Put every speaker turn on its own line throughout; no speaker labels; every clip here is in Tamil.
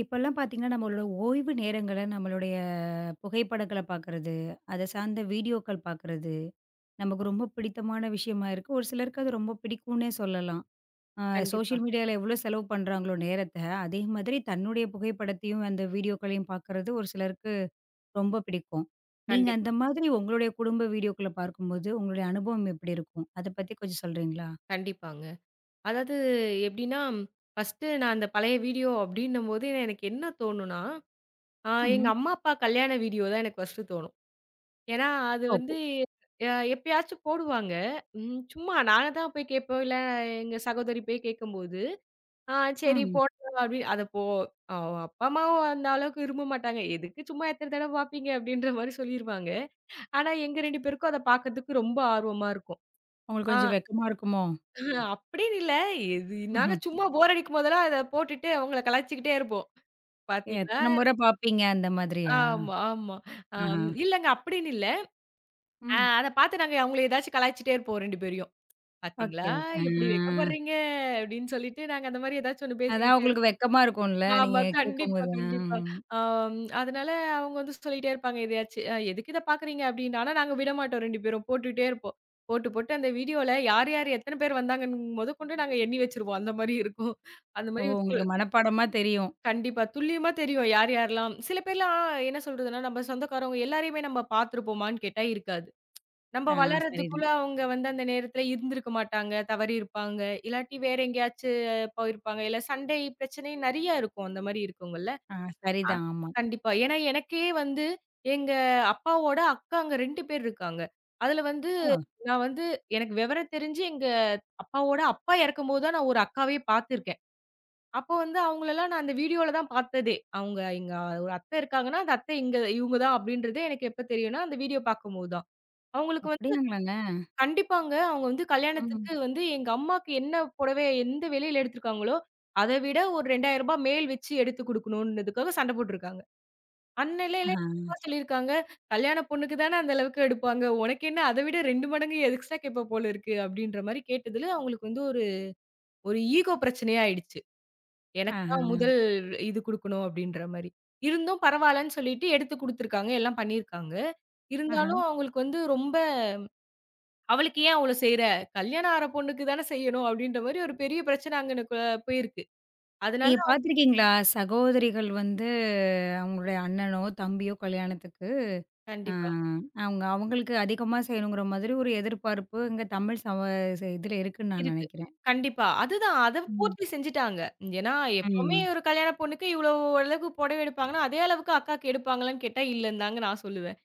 இப்பல்லாம் பார்த்தீங்கன்னா, நம்மளோட ஓய்வு நேரங்கள்ல நம்மளுடைய புகைப்படங்கள பார்க்கறது, அத சார்ந்த வீடியோக்கள் பார்க்கறது, நமக்கு ரொம்ப பிடித்தமான விஷயமா இருக்கு. ஒரு சிலருக்கு அது ரொம்ப பிடிக்கும்னே சொல்லலாம். அ
கண்டிப்பா,
சோஷியல் மீடியால எவ்வளோ செலவு பண்றாங்களோ நேரத்த, அதே மாதிரி தன்னுடைய புகைப்படத்தையும், அந்த வீடியோக்களையும் பார்க்கறது ஒரு சிலருக்கு ரொம்ப பிடிக்கும். நீங்க அந்த
கண்டிப்பா,
மாதிரி உங்களுடைய குடும்ப வீடியோக்கள பார்க்கும்போது, உங்களுடைய அனுபவம் எப்படி இருக்கும்? அத பத்தி கொஞ்சம் சொல்றீங்களா?
கண்டிப்பாங்க. அதாவது எப்படின்னா, ஃபர்ஸ்ட்டு நான் அந்த பழைய வீடியோ அப்படின்னும்போது, எனக்கு என்ன தோணும்னா,
ம்ஹ்ம்.
எங்க அம்மா, அப்பா கல்யாண வீடியோ தான் எனக்கு ஃபர்ஸ்ட்டு தோணும். ஏன்னா, அது
ஓ!
வந்து எப்பயாச்சும் போடுவாங்க. சும்மா நாங்க தான் போய் கேட்போம். இல்ல எங்க சகோதரி போய் கேட்கும்போது, "ஆ சரி
ம்.
போடலாம்" அப்படி அத போ அ அப்பா, அம்மாவும் அந்த அளவுக்கு விரும்ப மாட்டாங்க. "எதுக்கு சும்மா எத்தன தடவ பார்ப்பீங்க?" அப்படின்ற மாரி சொல்லிருவாங்க. ஆனா, எங்க 2 பேருக்கும் அத பார்க்கறதுக்கு ரொம்ப ஆர்வமா இருக்கும்.
உங்களுக்கு
ஆ
கொஞ்சம் வெட்கமா இருக்குமோ?
அப்படின்னு இல்ல. இது நாங்க சும்மா போர் அடிக்கும் போதெல்லாம் அத போட்டுட்டு அவங்கள கலாய்ச்சுக்கிட்டே இருப்போம்.
ஏ,
பார்த்தீங்களா?
எத்தன முறை பார்ப்பீங்க அந்த மாதிரியா?
ஆமா, ஆமா.
ஆஹா.
இல்லங்க அப்படின்னு இல்ல.
ம்.
அத பார்த்து நாங்க அவங்கள ஏதாச்சும் கலாய்ச்சுட்டே இருப்போம் 2 பேரையும்.
ஓகே,
பார்த்தீங்களா?
ஓகே. ஆ.
எப்படி வெட்கப்படுறீங்க? அப்படின்னு சொல்லிட்டு நாங்க அந்த மாரி ஏதாச்சும் ஒண்ணு
அதான்
பேசிக்கிட்டே இருப்போம்.
உங்களுக்கு வெட்கமா இருக்கும்ல, நீங்க
ஆமா. கண்டிப்பா,
கேட்கும்போது. ஆ.
கண்டிப்பா. அதனால அவங்க வந்து சொல்லிட்டே இருப்பாங்க எதையாச்சு. எதுக்கு இத பார்க்குறீங்க? அப்படின்னு. ஆனா நாங்க விடமாட்டோம் 2 பேரும். போட்டுட்டே இருப்போம். போட்டு, போட்டு அந்த வீடியோல யார், யார் எத்தன பேர் வந்தாங்கன்னு மொதக்கொண்டு நாங்க எண்ணி வச்சுருவோம். அந்த மாரி இருக்கும். அந்த
ஓ!
மாரி வச்சு
உங்களுக்கு மனப்பாடமா தெரியும்.
கண்டிப்பா. துல்லியமா தெரியும் யார் யாரெல்லாம் சில பேர்லாம் என்ன சொல்றதுன்னா, நம்ம சொந்தக்காரவங்க எல்லாரையுமே நம்ம பார்த்துருப்போமான்னு கேட்டா இருக்காது. நம்ம
ஆ,
வளர்றதுக்குள்ள
சரிதான்.
அவங்க வந்து அந்த நேரத்துல இருந்திருக்க மாட்டாங்க, தவறியிருப்பாங்க. இல்லாட்டி வேற எங்கேயாச்சு போயிருப்பாங்க. இல்ல சண்டை பிரச்சனை நெறைய இருக்கும். அந்த மாரி இருக்கவங்கள்ல.
ஆ,
அ
சரிதான். ஆமா.
கண்டிப்பா. ஏன்னா எனக்கே வந்து எங்க அப்பாவோட அக்காங்க 2 பேர் இருக்காங்க. அதுல வந்து
ஓ!
நான் வந்து எனக்கு விவரம் தெரிஞ்சு எங்க அப்பாவோட அப்பா இறக்கும்போது தான் நான் ஒரு அக்காவே பார்த்துருக்கேன். அப்போ வந்து அவங்களலாம் நான் அந்த வீடியோல தான் பார்த்ததே. அவங்க எங்க ஒரு அத்தை இருக்காங்கன்னா, அந்த அத்தை இங்க இவங்க தான் அப்படின்றது எனக்கு எப்ப தெரியும்னா, அந்த வீடியோ பார்க்கும்போது தான். அவங்களுக்கு வந்து
அப்படியாங்களாங்க?
கண்டிப்பாங்க அவங்க வந்து
ம்.
கல்யாணத்துக்கு வந்து எங்க அம்மாக்கு என்ன புடவை எந்த விலையில எடுத்திருக்காங்களோ, அத விட ஒரு ரூ. 2000 மேல் வச்சு எடுத்து குடுக்கணும்ன்றதுக்காக சண்டை போட்டுருக்காங்க. அன்னையிலே
ஆஹா,
அப்பா சொல்லியிருக்காங்க, "கல்யாண பொண்ணுக்கு தானே அந்த அளவுக்கு எடுப்பாங்க. உனக்கு என்ன அத விட 2 மடங்கு எக்ஸ்ட்ரா கேட்ப போல இருக்கு." அப்படின்ற மாரி கேட்டதுல அவங்களுக்கு வந்து ஒரு ஒரு ஈகோ பிரச்சனையா ஆயிடுச்சு. எனக்கு
ஆஹா,
தான் முதல் இது குடுக்கணும் அப்டின்ற மாரி. இருந்தும் பரவால்லன்னு சொல்லிட்டு எடுத்து குடுத்துருக்காங்க. எல்லாம் பண்ணியிருக்காங்க.
ஆஹா.
இருந்தாலும் அவங்களுக்கு வந்து ரொம்ப "அவளுக்கு ஏன் அவ்ளோ செய்ற? கல்யாணம் ஆற பொண்ணுக்கு தான செய்யணும்" அப்டின்ற மாரி ஒரு பெரிய பிரச்சனை அங்கனக்குள்ள போயிருக்கு. அதனால
நீங்க பார்த்துருக்கீங்களா? சகோதரிகள் வந்து அவங்களுடைய அண்ணனோ, தம்பியோ கல்யாணத்துக்கு ஆ
கண்டிப்பா.
அவங்க அவங்களுக்கு அதிகமா செய்யணுங்கிற மாதிரி ஒரு எதிர்பார்ப்பு இங்க தமிழ் சம ச இதுல இருக்குன்னு நான்
இருக்கு.
நெனைக்கிறேன்.
கண்டிப்பா. அதுதான். அத
ம்.
பூர்த்தி செஞ்சுட்டாங்க. ஏன்னா எப்பவுமே
ம்.
ஒரு கல்யாண பொண்ணுக்கு இவ்வளோ அளவுக்கு புடவை எடுப்பாங்கன்னா, அதே அளவுக்கு அக்காக்கு எடுப்பாங்களான்னு கேட்டா இல்லன்னு தாங்க நான் சொல்லுவேன்.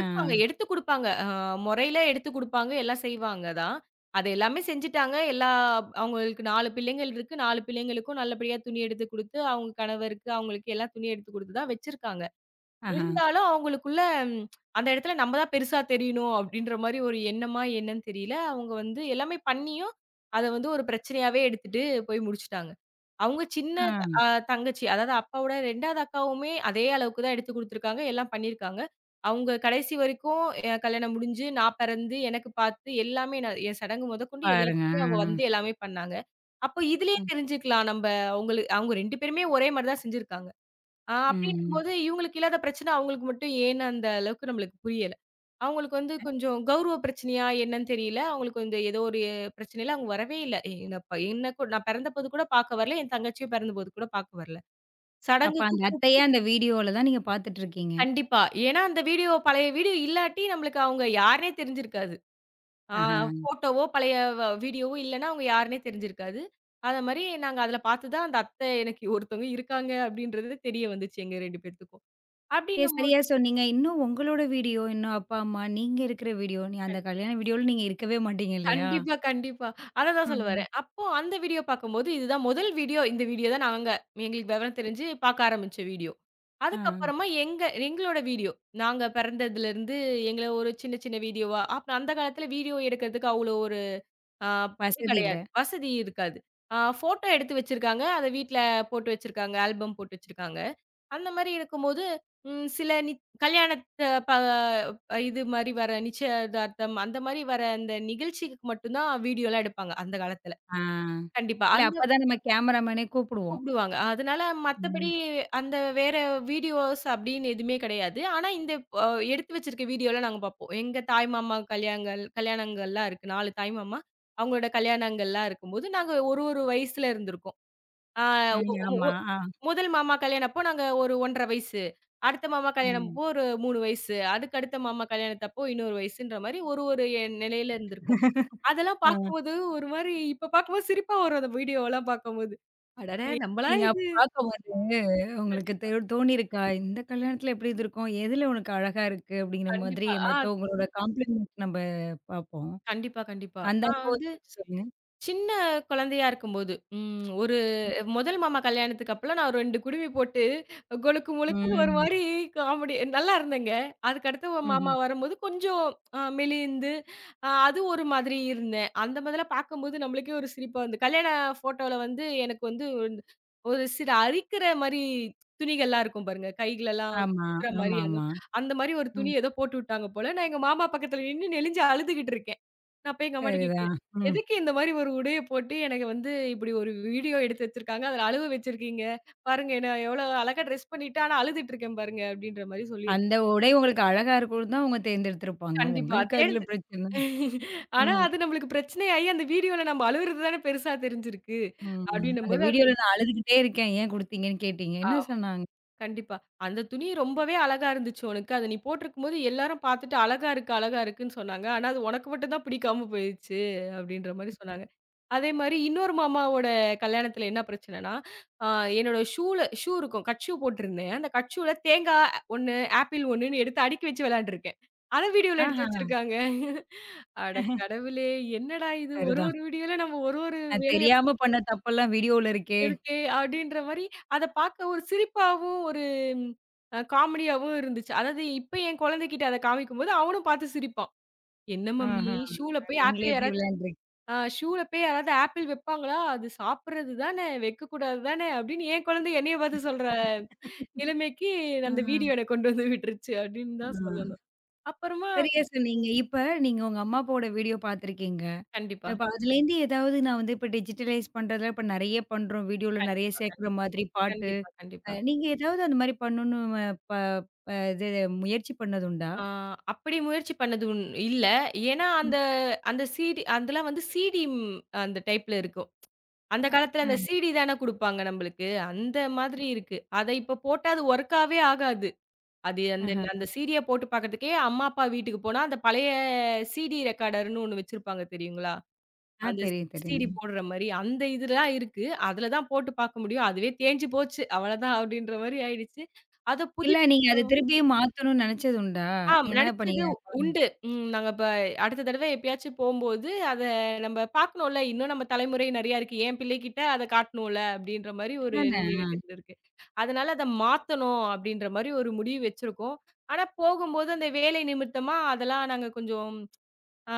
ஆ.
எடுத்து குடுப்பாங்க. மொறையில எடுத்து குடுப்பாங்க. எல்லாம் செய்வாங்க தான். அது எல்லாமே செஞ்சுட்டாங்க. எல்லா அவங்களுக்கு 4 பிள்ளைங்கள் இருக்கு. 4 பிள்ளைங்களுக்கும் நல்லபடியா துணி எடுத்து குடுத்து, அவங்க கணவருக்கு, அவங்களுக்கு எல்லாம் துணி எடுத்து குடுத்து தான் வச்சிருக்காங்க.
ஆஹா.
இருந்தாலும் அவங்களுக்குள்ள ம், அந்த இடத்துல நம்ம தான் பெருசா தெரியணும் அப்படின்ற மாரி ஒரு எண்ணமா என்னன்னு தெரியல. அவங்க வந்து எல்லாமே பண்ணியும், அத வந்து ஒரு பிரச்சனையாவே எடுத்துட்டு போய் முடிச்சுட்டாங்க. அவங்க சின்ன
ஆ,
அ தங்கச்சி, அதாவது அப்பாவோட 2வது அக்காவுமே அதே அளவுக்கு தான் எடுத்து குடுத்துருக்காங்க. எல்லாம் பண்ணியிருக்காங்க. அவங்க கடைசி வரைக்கும் என் கல்யாணம் முடிஞ்சு, நான் பிறந்து, எனக்கு பார்த்து எல்லாமே நான் என் சடங்கு முதற்கொண்டு
பாருங்க.
எல்லாத்துக்குமே அவங்க வந்து எல்லாமே பண்ணாங்க. அப்போ இதுலயே
ஆ. ம்.
தெரிஞ்சுக்கலாம். நம்ப அவங்க 2 பேருமே ஒரே மாரி தான் செஞ்சிருக்காங்க. ஆ
ம்.
அப்படின்னும்போது, இவங்களுக்கு இல்லாத பிரச்சனை அவங்களுக்கு மட்டும் ஏன்னு அந்த அளவுக்கு நம்மளுக்கு புரியல. அவங்களுக்கு வந்து கொஞ்சம் கௌரவ பிரச்சனையா என்னன்னு தெரியல. அவங்களுக்கு வந்து ஏதோ ஒரு பிரச்சனையில அவங்க வரவே இல்ல. என்ன ப என்ன கூ நான் பிறந்தபோது கூட பார்க்க வரல. என் தங்கச்சியும் பிறந்தபோது கூட பார்க்க வரல.
அப்ப அந்த
சடங்குக்கும்
அத்தைய அந்த வீடியோல தான் நீங்க பார்த்துட்டுருக்கீங்க.
கண்டிப்பா. ஏன்னா அந்த வீடியோ பழைய வீடியோ இல்லாட்டி நம்மளுக்கு அவங்க யாருன்னே தெரிஞ்சிருக்காது. ஆ
ஆஹா.
ஃபோட்டோவோ பழைய வீடியோவோ இல்லன்னா அவங்க யாருன்னே தெரிஞ்சிருக்காது. அத மாரி நாங்க அதுல பார்த்து தான் அந்த அத்தை எனக்கு ஒருத்தவங்க இருக்காங்க அப்படின்றது தெரிய வந்துச்சு எங்க 2 பேத்துக்கும்.
ஏ,
அப்படின்னும்போது
சரியா சொன்னீங்க. இன்னும் உங்களோட வீடியோ, இன்னும் அப்பா, அம்மா நீங்க இருக்கிற வீடியோ, நீ அந்த கல்யாண வீடியோல நீங்க இருக்கவே மாட்டீங்க இல்லையா?
கண்டிப்பா, கண்டிப்பா. அததான் சொல்ல
ம்.
வரேன். அப்போ அந்த வீடியோ பார்க்கும்போது, இதுதான் முதல் வீடியோ. இந்த வீடியோ தான் நாங்க எங்களுக்கு விவரம் தெரிஞ்சு பார்க்க ஆரம்பிச்ச வீடியோ.
ஆ.
அதுக்கப்புறமா எங்க எங்களோட வீடியோ. நாங்க பிறந்ததுலருந்து எங்கள ஒரு சின்ன சின்ன வீடியோவா அப்ப அந்த காலத்துல வீடியோ எடுக்கிறதுக்கு அவ்வளோ ஒரு அ இது
வசதி இல்ல.
கிடையாது. வசதி இருக்காது. ஃபோட்டோ எடுத்து வச்சிருக்காங்க. அத வீட்ல போட்டு வச்சிருக்காங்க. ஆல்பம் போட்டு வச்சிருக்காங்க. அந்த மாரி இருக்கும்போது, ம் சில நி கல்யாணத்த ப இது மாரி வர நிச்சயதார்த்தம் அந்த மாரி வர அந்த நிகழ்ச்சிக்கு மட்டும் தான் வீடியோலாம் எடுப்பாங்க, அந்த காலத்துல.
ஆ.
கண்டிப்பா.
இல்ல
அந்த
அப்பதான் நம்ம கேமராமேனே கூப்பிடுவோம்.
கூப்பிடுவாங்க. அதனால மத்தபடி
ம்.
அந்த வேற வீடியோஸ் அப்படின்னு எதுவுமே கிடையாது. ஆனா இந்த அ எடுத்து வச்சிருக்க வீடியோலாம் நாங்க பார்ப்போம். எங்க தாய் மாமா கல்யாணங்கள் கல்யாணங்கள்லாம் இருக்கு. 4 தாய் மாமா. அவங்களோட கல்யாணங்கள்லாம் இருக்கும்போது, நாங்க ஒரு ஒரு வயசுல இருந்திருக்கோம். ஆ
ம். ஆமா. ஆ.
முதல் மாமா கல்யாணம் அப்போ நாங்க ஒரு 1 1/2 வயசு. அடுத்த மாமா கல்யாணம்
ம்.
அப்போ ஒரு 3 வயசு. அதுக்கு அடுத்த மாமா கல்யாணத்தப்போ இன்னொரு வயசுன்ற மாரி ஒரு ஒரு எ நிலையில இருந்திருக்கும். அதெல்லாம்
ஆ.
பார்க்கும்போது ஒரு மாரி இப்ப பார்க்கும்போது சிரிப்பா வரும் அந்த வீடியோவெல்லாம் பார்க்கும்போது. அடடா! நம்மளா
நீங்க அப்ப
இது
பார்க்க உங்களுக்கு
கண்டிப்பா,
தோணியிருக்கா? இந்த கல்யாணத்துல எப்படி இருந்திருக்கும்? எதுல உனக்கு அழகா இருக்கு? அப்படிங்கிற மாதிரி
கண்டிப்பா. ஆ
மத்தவங்களோட காம்ப்ளிமெண்ட் நம்ப பார்ப்போம்.
கண்டிப்பா, கண்டிப்பா.
அந்த
நான்
அனுபவத்த
வந்து
கொஞ்சம் சொல்லுங்க.
சின்ன குழந்தையா இருக்கும்போது, ஒரு முதல் மாமா கல்யாணத்துக்கு அப்பலாம் நான் ஒரு 2 குடுமி போட்டு, கொழுக்கு முழுக்குன்னு ஒரு
ம்.
மாரி காமெடி நல்லா இருந்தேங்க. அதுக்கடுத்து ஒரு மாமா
ம்ஹ்ம்.
வரும்போது கொஞ்சம் மெலிந்து, அது ஒரு மாதிரி இருந்தேன். அந்த மாதிரிலாம் பார்க்கும்போது நம்மளுக்கே ஒரு சிரிப்பா வந்து கல்யாண ஃபோட்டோல வந்து எனக்கு வந்து ஒரு ஒரு சில அரிக்கிற மாரி துணிகள்லாம் இருக்கும் பாருங்க. கைகளெல்லாம்
ஆமா,
குத்துற மாரி அந்த
ஆமாமா.
அந்த மாரி ஒரு
ம்.
துணி ஏதோ போட்டு விட்டாங்க போல. நான் எங்க மாமா பக்கத்துல நின்னு நெளிஞ்சு அழுதுகிட்டு இருக்கேன். நான் போய் எங்க அம்மாட்ட கேட்கிறேன்.
சரிதான். ம்.
"எதுக்கு இந்த மாரி ஒரு உடைய போட்டு எனக்கு வந்து இப்படி ஒரு வீடியோ எடுத்து வச்சிருக்காங்க. அதுல அழுவ வச்சிருக்கீங்க. பாருங்க என்ன எவ்வளோ அழகா ட்ரெஸ் பண்ணிட்டு ஆனா அழுதுட்டு இருக்கேன் பாருங்க" அப்படின்ற மாரி சொல்லியிருக்கேன்.
அந்த உடை உங்களுக்கு அழகா இருக்கும்னு தான் அவங்க தேர்ந்தெடுத்திருப்பாங்க.
கண்டிப்பா.
உங்களுக்கு அதுல
தேடுது
பிரச்சனை.
ஆனா
ம்.
அது நம்மளுக்கு பிரச்சனையாயி அந்த வீடியோல நம்ம அழுவுறது தானே பெருசா தெரிஞ்சிருக்கு.
ம். அந்த
அப்படின்னும்போது அது
வீடியோல நான் அழுதுகிட்டே இருக்கேன். ஏன் குடுத்தீங்கன்னு கேட்டீங்க.
ஆ.
என்ன சொன்னாங்க?
கண்டிப்பா. அந்த துணி ரொம்பவே அழகா இருந்துச்சு உனக்கு. அத நீ போட்டிருக்கும்போது எல்லாரும் பார்த்துட்டு "அழகா இருக்கு, அழகா இருக்குன்னு" சொன்னாங்க. ஆனா அது உனக்கு மட்டும் தான் பிடிக்காம போயிருச்சு அப்படின்ற மாரி சொன்னாங்க. அதே மாரி இன்னொரு மாமாவோட கல்யாணத்துல என்ன பிரச்சனைன்னா, அ என்னோட ஷூல இருக்கும். கட் ஷூ போட்டிருந்தேன். அந்த கட் ஷூல தேங்காய் 1, ஆப்பிள் 1ன்னு எடுத்து அடுக்கி வச்சு விளையாண்டுருக்கேன். அத வீடியோல எடுத்து
ஆஹா.
வச்சிருக்காங்க. அட கடவுளே! என்னடா இது ஒரு
சரிதான்.
ஒரு வீடியோல நம்ம ஒரு ஒரு
நான்
வேலைய
தெரியாம பண்ண தப்பெல்லாம் வீடியோல இருக்கே.
இருக்கே அப்படின்ற மாரி, அத பார்க்க ஒரு சிரிப்பாவும், ஒரு காமெடியாவும் இருந்துச்சு. அதாவது இப்ப என் குழந்தைகிட்ட அத காமிக்கும்போது, அவனும் பார்த்து சிரிப்பான். "என்ன மம்மி
ஆஹா.
ஷூல போய்
நீங்களே
ஆப்பிள்
இப்படி
யாராச்சும் ஆ ஷூல போய் யாராவது ஆப்பிள் வைப்பாங்களா? அது சாப்பிடுறது தானே, வைக்கக்கூடாது தானே" அப்படின்னு என் குழந்தை என்னைய பார்த்து சொல்ற நிலைமைக்கு
ஆ.
அந்த வீடியோ என்ன கொண்டு வந்து விட்டுருச்சு அப்படின்னு
ஆ.
தான் சொல்லணும். அப்புறமா
சரியா சொன்னீங்க. இப்ப நீங்க உங்க அம்மா அப்பாவோட வீடியோ பார்த்துருக்கீங்க.
கண்டிப்பா,
இப்ப அதுலேருந்து ஏதாவது நான் வந்து இப்ப டிஜிட்டலைஸ் பண்றதுல இப்ப நெறைய பண்றோம். வீடியோல நெறைய
கண்டிப்பா,
சேர்க்குற
கண்டிப்பா,
மாதிரி பாட்டு.
கண்டிப்பா, கண்டிப்பா.
நீங்க ஏதாவது அந்த மாரி பண்ணணும்னு ப ப இது முயற்சி பண்ணதுண்டா?
ஆ அப்படி முயற்சி பண்ணது உண் இல்ல. ஏன்னா
ம்.
அந்த அந்த சிடி அதெல்லாம் வந்து சிடி ம் அந்த டைப்ல இருக்கும். அந்த
அ,
காலத்துல
அ,
அந்த சிடி தான குடுப்பாங்க நம்பளுக்கு. அந்த மாதிரி இருக்கு. அத இப்ப போட்டா அது ஒர்க்காவே ஆகாது. அது அந்த
ஆஹ.
அந்த சீடிய போட்டு பாக்கறதுக்கே அம்மா, அப்பா வீட்டுக்கு போனா, அந்த பழைய சிடி ரெக்கார்டர்ன்னு ஒண்ணு வச்சிருப்பாங்க தெரியுங்களா?
ஆ,
அந்த
தெரியும்,
சிடி
தெரியும்.
போடுற மாரி. அந்த இதுலாம் இருக்கு. அதுல தான் போட்டு பாக்க முடியும். அதுவே தேஞ்சு போச்சு. அவ்வளதான் அப்படின்ற மாரி ஆயிடுச்சு. அத
இல்ல
புதுப்
நீங்க அத திருப்பியும் மாத்தணும்னு நெனச்சதுண்டா?
ஆம்.
ஏன்னா இப்ப
நடிச்சது
நீங்க
உண்டு. நாங்க இப்ப அடுத்த தடவ எப்பயாச்சும் போம்போது, அத நம்ம பார்க்கணும்ல. இன்னும் நம்ம தலைமுறை நெறையா இருக்கு. என் பிள்ளைகிட்ட அத காட்டணும்ல, அப்படின்ற மாரி ஒரு
அதானே!
நினைவுகள் இருக்கு. அதனால அத மாத்தணும் அப்படின்ற மாரி ஒரு முடிவு வச்சிருக்கோம். ஆனா போகும்போது அந்த வேலை நிமித்தமா அதெல்லாம் நாங்க கொஞ்சம் அ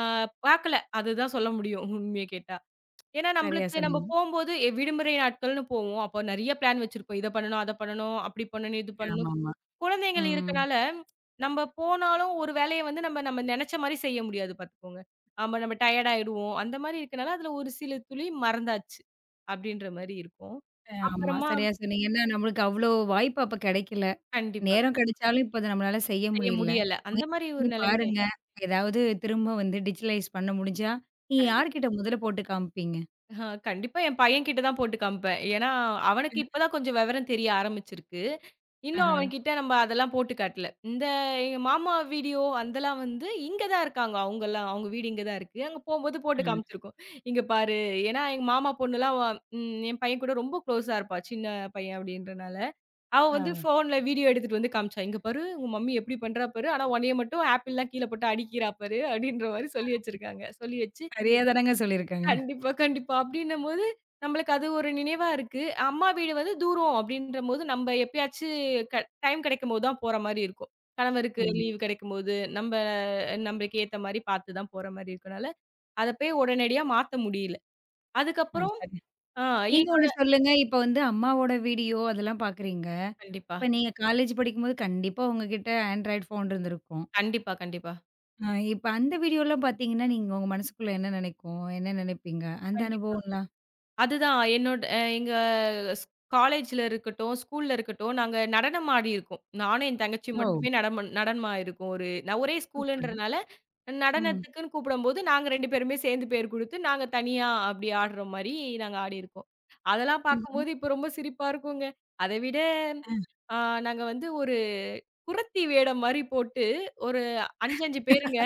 பார்க்கல. அதுதான் சொல்ல முடியும் உண்மைய கேட்டா. ஏன்னா
சரியா
நம்மளுக்கு நம்ம
சொன்னீங்க.
போம்போது விடுமுறை நாட்கள்னு போவோம். அப்போ நெறைய பிளான் வச்சிருப்போம். இத பண்ணணும், அத பண்ணணும், அப்படி பண்ணணும், இது பண்ணணும்.
ஆமாமா.
குழந்தைகள்
ம்.
இருக்கனால, நம்ம போனாலும் ஒரு வேலைய வந்து நம்ம நம்ம நெனச்ச மாரி செய்ய முடியாது பாத்துக்கோங்க. ஆமா நம்ம டயர்ட் ஆயிடுவோம். அந்த மாரி இருக்கனால, அதுல ஒரு சில துளி மறந்தாச்சு. அப்டின்ற மாரி இருக்கும்.
ஆமா.
அப்புறமா
சரியா சொன்னீங்க. ஏன்னா நம்மளுக்கு அவ்ளோ வாய்ப்பு அப்ப கெடைக்கல.
கண்டிப்பா,
நேரம்
கண்
கிடைச்சாலும் இப்ப அத நம்மளால செய்ய
செய்ய
முடியல.
முடியல. அந்த
முயற்சி
மாரி ஒரு
பண்ணி
நெலைமை
பாருங்க. ஏதாவது திரும்ப வந்து டிஜிட்டலைஸ் பண்ண முடிஞ்சா, நீங்க
கண்டிப்பா.
யார்கிட்ட முதல்ல போட்டு காமிப்பீங்க?
கண்டிப்பா என் பையன்கிட்ட தான் போட்டு காமிப்பேன். ஏன்னா, அவனுக்கு இப்ப தான் கொஞ்சம் வெவரம் தெரிய ஆரம்பிச்சிருக்கு. இன்னும்
ஆஹா.
அவன்கிட்ட நம்ம அதெல்லாம் போட்டு காட்டல. இந்த எங்க மாமா வீடியோ அதெல்லாம் வந்து இங்க தான் இருக்காங்க அவங்கலாம். அவங்க வீடு இங்க தான் இருக்கு. அங்க போம்போது போட்டு
ஆ.
காமிச்சிருக்கோம். இங்க பாரு ஏன்னா எங்க மாமா பொண்ணுலாம் வ ம் என் பையன் கூட ரொம்ப க்ளோஸா இருப்பா. சின்ன பையன் அப்படின்றனால. அவ
ஆ.
வந்து ஃபோன்ல வீடியோ எடுத்துட்டு வந்து காமிச்சா. இங்க பாரு உங்க மம்மி எப்படி பண்றா பாரு. ஆனா உன்னைய மட்டும் ஆப்பிள்லாம் கீழ போட்டு அடிக்கிறா பாரு அப்படின்ற மாரி சொல்லி வச்சிருக்காங்க. சொல்லி வச்சு
சரியா தானங்க சொல்லியிருக்காங்க.
கண்டிப்பா, கண்டிப்பா. அப்டின்னம்போது, நம்மளுக்கு அது ஒரு நினைவா இருக்கு. அம்மா வீடு வந்து தூரம் அப்டின்றபோது, நம்ம எப்பயாச்சு க டைம் கிடைக்கும்போது தான் போற மாரி இருக்கும். கணவருக்கு
ம்.
லீவ் கிடைக்கும்போது, நம்மளுக்கு ஏத்த மாரி பார்த்து தான் போற மாரி இருக்கனால, அத போய் உடனடியா மாத்த முடியல.
ஆ,
அதுக்கப்புறம்
சரி.
ஆ
நீங்க ஒண்ணு
எங்களோட
சொல்லுங்க. இப்ப வந்து அம்மாவோட வீடியோ அதெல்லாம் பார்க்குறீங்க.
கண்டிப்பா,
இப்ப நீங்க காலேஜ் படிக்கும்போது கண்டிப்பா உங்ககிட்ட ஆண்ட்ராய்ட் ஃபோன் இருந்திருக்கும்.
கண்டிப்பா, கண்டிப்பா,
அ இப்ப அந்த வீடியோலாம் பார்த்தீங்கன்னா, நீங்க உங்க மனசுக்குள்ள என்ன நினைக்கும்? என்ன நினைப்பீங்க? அந்த
கண்டிப்பா.
அனுபவம்லாம்?
அதுதான். என்னோட அ எங்க ஸ் காலேஜ்ல இருக்கட்டும், ஸ்கூல்ல இருக்கட்டும், நாங்க நடனம் ஆடியிருக்கோம். நானும் என் தங்கச்சி
ஓ!
மட்டுமே நடனம் ஆயிருக்கோம். ஒரு நான் ஒரே
சூப்பர்.
ஸ்கூலுன்றனால,
ம்.
நடனத்துக்குன்னு கூப்பிடும்போது, நாங்க 2 பேருமே சேர்ந்து பேர் குடுத்து, நாங்க தனியா அப்படி ஆடுற மாரி நாங்க ஆடியிருக்கோம். அதெல்லாம்
ம்ஹ்ம்.
பார்க்கும்போது இப்ப ரொம்ப சிரிப்பா இருக்குங்க. அத விட
ஆ.
ஆ நாங்க வந்து ஒரு குறத்தி வேடம் மாரி போட்டு, ஒரு 5, 5 பேருங்க.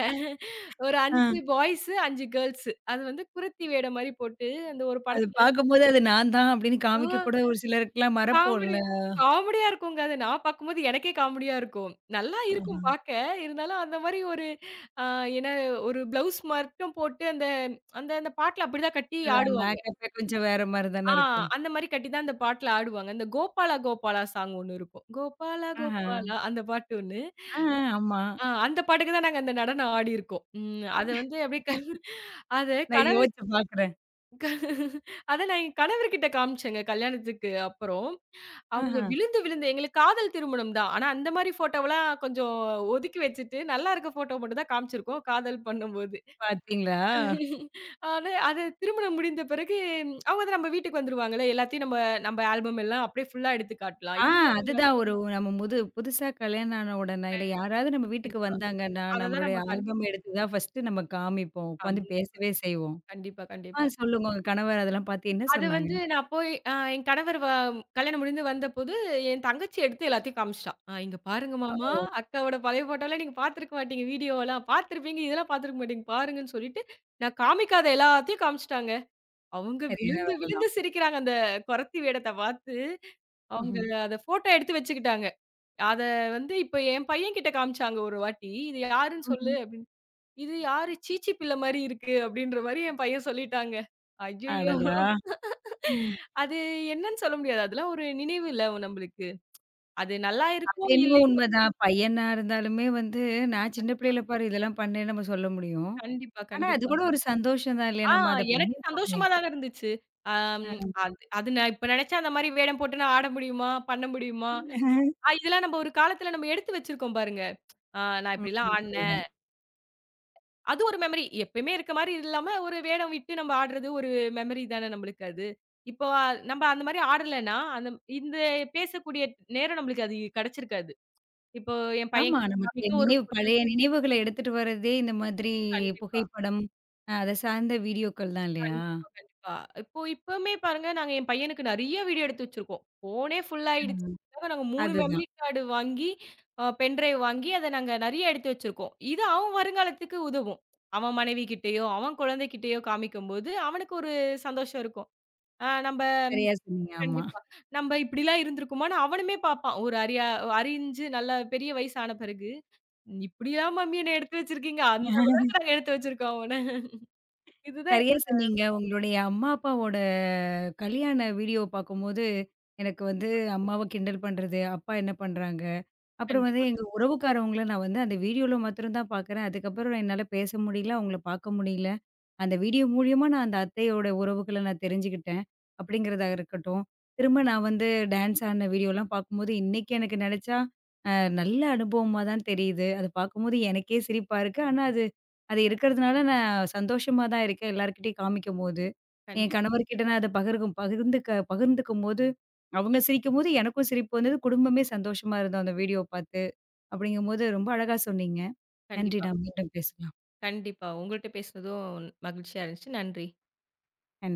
ஒரு
ஆ.
5 பாய்ஸு, 5 கேர்ள்ஸு. அது வந்து குறத்தி வேடம் மாரி போட்டு, அந்த ஒரு
அது
படத்துல
பார்க்கும்போது அது நான் தான் அப்படின்னு காமிக்க
ஆ.
கூட ஒரு சிலருக்குலாம்
காமெடி
மறப்போம்ல.
காமெடியா இருக்குங்க அது. நான் பார்க்கும்போது எனக்கே காமெடியா இருக்கும். நல்லா இருக்கும்
ஆஹா.
பார்க்க. இருந்தாலும் அந்த மாரி ஒரு அ என்ன ஒரு ப்ளவுஸ் மட்டும் போட்டு அந்த அந்த அந்த பாட்டுல அப்படிதான் கட்டி
அதான்
ஆடுவாங்க.
மேக்கப்பே கொஞ்சம் வேற மாரி
ஆ
தானே இருக்கும்.
அந்த மாரி கட்டி தான் அந்த பாட்டுல ஆடுவாங்க. அந்த கோபாலா கோபாலா சாங் ஒண்ணு இருக்கும். கோபாலா
ஆஹா.
கோபாலா அந்த பாட்டு ஒண்ணு.
ஆ, ஆமா.
ஆ அந்த பாட்டுக்கு தான் நாங்க அந்த நடனம் ஆடியிருக்கோம். அத வந்து அப்படியே க அத
நான்
கணவர்
யோசிச்சு பார்க்குறேன்.
க அத நான் என் கணவர்கிட்ட காமிச்சேங்க கல்யாணத்துக்கு அப்புறம். அவங்க
ஆஹா.
விழுந்து, விழுந்து எங்களுக்கு காதல் திருமணம் தான். ஆனா அந்த மாரி ஃபோட்டோவெல்லாம் கொஞ்சம் ஒதுக்கி வச்சுட்டு, நல்லா இருக்க ஃபோட்டோ மட்டும் தான் காமிச்சிருக்கோம், காதல் பண்ணும்போது.
பார்த்தீங்களா?
அது அது திருமணம் முடிந்த பிறகு அவங்க தான் நம்ம வீட்டுக்கு வந்துருவாங்கல்ல. எல்லாத்தையும் நம்ம நம்ம ஆல்பம் எல்லாம் அப்படியே ஃபுல்லா எடுத்து காட்டலாம்.
ஆ
இதுதான்
அதுதான் ஒரு நம்ம புதுசா கல்யாணம் ஆன உடனே இல்ல யாராவது நம்ம வீட்டுக்கு
கண்டிப்பா.
வந்தாங்கன்னா,
அததான்
நம்மளுடைய
நம்ம காட்டுவோம்.
ஆல்பம் எடுத்து தான் ஃபர்ஸ்ட்டு நம்ம காமிப்போம். உட்காந்து
கண்டிப்பா,
பேசவே செய்வோம்.
கண்டிப்பா,
ஆ,
கண்டிப்பா.
சொல்லுங்க உங்க கணவர் அதெல்லாம் பார்த்து என்ன
அது
சொன்னாங்க?
வந்து நான் போய் அ என் கணவர் வ கல்யாணம் முடிந்து வந்தபோது, என் தங்கச்சி எடுத்து எல்லாத்தையும் காமிச்சுட்டா. "அ இங்க பாருங்க
அ
மாமா,
ஓ!
அக்காவோட பழைய ஃபோட்டோலாம் நீங்க பார்த்துருக்க மாட்டீங்க. வீடியோலாம் பார்த்துருப்பீங்க. இதெல்லாம் பார்த்துருக்க மாட்டீங்க. பாருங்கன்னு" சொல்லிட்டு, நான் காமிக்காத எல்லாத்தையும் காமிச்சுட்டாங்க. அவங்க
சரியான
விழுந்து
வேல தான்.
விழுந்து சிரிக்கிறாங்க. அந்த கொறத்தி வேடத்த பார்த்து. அவங்க
ம்ஹ்ம்.
அத ஃபோட்டோ எடுத்து வச்சுக்கிட்டாங்க. அத வந்து இப்ப என் பையன்கிட்ட காமிச்சாங்க ஒரு வாட்டி. "இது யாருன்னு
ம்ஹ்ம்.
சொல்லு." "இது யாரு? சீச்சி பிள்ளை மாரி இருக்கு." அப்படின்ற மாரி என் பையன் சொல்லிட்டாங்க. ஐயய்யோ!
அடடா! ம்.
அது என்னன்னு சொல்ல முடியாது. அதெல்லாம் ஒரு நினைவு இல்ல நம்பளுக்கு. அது நல்லா இருக்கோ!
அது என்னமோ
இல்லையோ!
உண்மதான். பையனா இருந்தாலுமே வந்து, நான்
கண்
சின்ன பிள்ளையில பாரு இதெல்லாம் பண்ணேன்னு நம்ம சொல்ல முடியும்.
கண்டிப்பா,
ஆனா அது
கண்டிப்பா.
கூட ஒரு சந்தோஷம் தான் இல்லையா?
ஆ
நம்ம அத
எனக்கு
பண்ணியிருக்கோமே.
சந்தோஷமா தாங்க இருந்துச்சு. அம்
அ.
அது அது நான் இப்ப நினைச்சா அந்த மாரி வேடம் போட்டு நான் ஆட முடியுமா? பண்ண முடியுமா? ஆ இதெல்லாம் நம்ம ஒரு காலத்துல நம்ம எடுத்து வச்சிருக்கோம் பாருங்க. ஆ நான்
ம்.
இப்படிலாம் ஆடுனேன்.
சரிதான்.
அது ஒரு மெமரி. எப்பயுமே இருக்க மாரி இல்லாம ஒரு வேடம் விட்டு நம்ம ஆடுறது ஒரு மெமரி தானே நம்மளுக்கு அது. இப்போ நம்ம அந்த மாரி ஆடலன்னா, அந்த இந்த பேசக்கூடிய நேரம் நம்மளுக்கு அது கிடைச்சிருக்காது. இப்போ என் பையன்
ஆமா நமக்கு நினைவு பழைய நினைவுகள எடுத்துட்டு வர்றதே இந்த மாதிரி
கண்டிப்பா,
புகைப்படம், அத சார்ந்த வீடியோக்கள் தான் இல்லையா?
கண்டிப்பா, கண்டிப்பா. இப்போ இப்பவுமே பாருங்க, நாங்க என் பையனுக்கு நெறைய வீடியோ எடுத்து வச்சிருக்கோம். ஃபோனே ஃபுல் ஆயிடுச்சு.
ஆமா.
அதுக்காக நாங்க 3 மெமரி
அதுதான்.
கார்டு வாங்கி, பென் டிரைவ் வாங்கி அத நாங்க நெறைய எடுத்து வச்சிருக்கோம். இது அவன் வருங்காலத்துக்கு உதவும். அவன் மனைவிகிட்டயோ, அவன் குழந்தைகிட்டயோ காமிக்கும்போது, அவனுக்கு ஒரு சந்தோஷம் இருக்கும். ஆ நம்ப
சரியா சொன்னீங்க. ஆமா.
கண்டிப்பா. நம்ப இப்படிலாம் இருந்திருக்குமான்னு அவனுமே பாப்பான். ஒரு அறியா அறிஞ்சு நல்ல பெரிய வயசு ஆன பிறகு, "இப்படிலாம் மம்மி என்ன எடுத்து வச்சிருக்கீங்க? அந்த அளவுக்கு நாங்க எடுத்து வச்சிருக்கோம் அவன." இதுதான்
சரியா சொன்னீங்க. உங்களுடைய அம்மா, அப்பாவோட கல்யாண வீடியோ பார்க்கும்போது, எனக்கு வந்து அம்மாவ கிண்டல் பண்றது, அப்பா என்ன பண்றாங்க? அப்புறம் வந்து
கண்டிப்பா,
எங்க உறவுக்காரவங்கள நான் வந்து அந்த வீடியோல மாத்திரம் தான் பார்க்குறேன். அதுக்கப்புறம் என்னால பேச முடியல, அவங்கள பார்க்க முடியல. அந்த வீடியோ மூலியமா நான் அந்த அத்தையோட உறவுகள நான் தெரிஞ்சுக்கிட்டேன். அப்படிங்கிறதா இருக்கட்டும். திரும்ப நான் வந்து டான்ஸ் ஆடின வீடியோலாம் பார்க்கும்போது, இன்னைக்கு எனக்கு நினைச்சா, அ நல்ல அனுபவமா தான் தெரியுது. அது பார்க்கும்போது எனக்கே சிரிப்பா இருக்கு. ஆனா அது அது இருக்கிறதுனால நான் சந்தோஷமா தான் இருக்கேன் எல்லார்கிட்டயும் காமிக்கும்போது. என்
கண்டிப்பா.
கணவர்கிட்ட நான் அத பகிர்க்கும் பகிர்ந்துக்க பகிர்ந்துக்கும்போது, அவங்க சிரிக்கும்போது எனக்கும் சிரிப்பு வந்தது. குடும்பமே சந்தோஷமா இருந்தோம் அந்த வீடியோ பார்த்து. அப்படிங்கும்போது ரொம்ப அழகா சொன்னீங்க. நன்றி.
கண்டிப்பா,
நாம் மீண்டும் பேசலாம்.
கண்டிப்பா. உங்கள்ட்ட பேசுனதும் மகிழ்ச்சியா இருந்துச்சு. நன்றி.
நன்றி.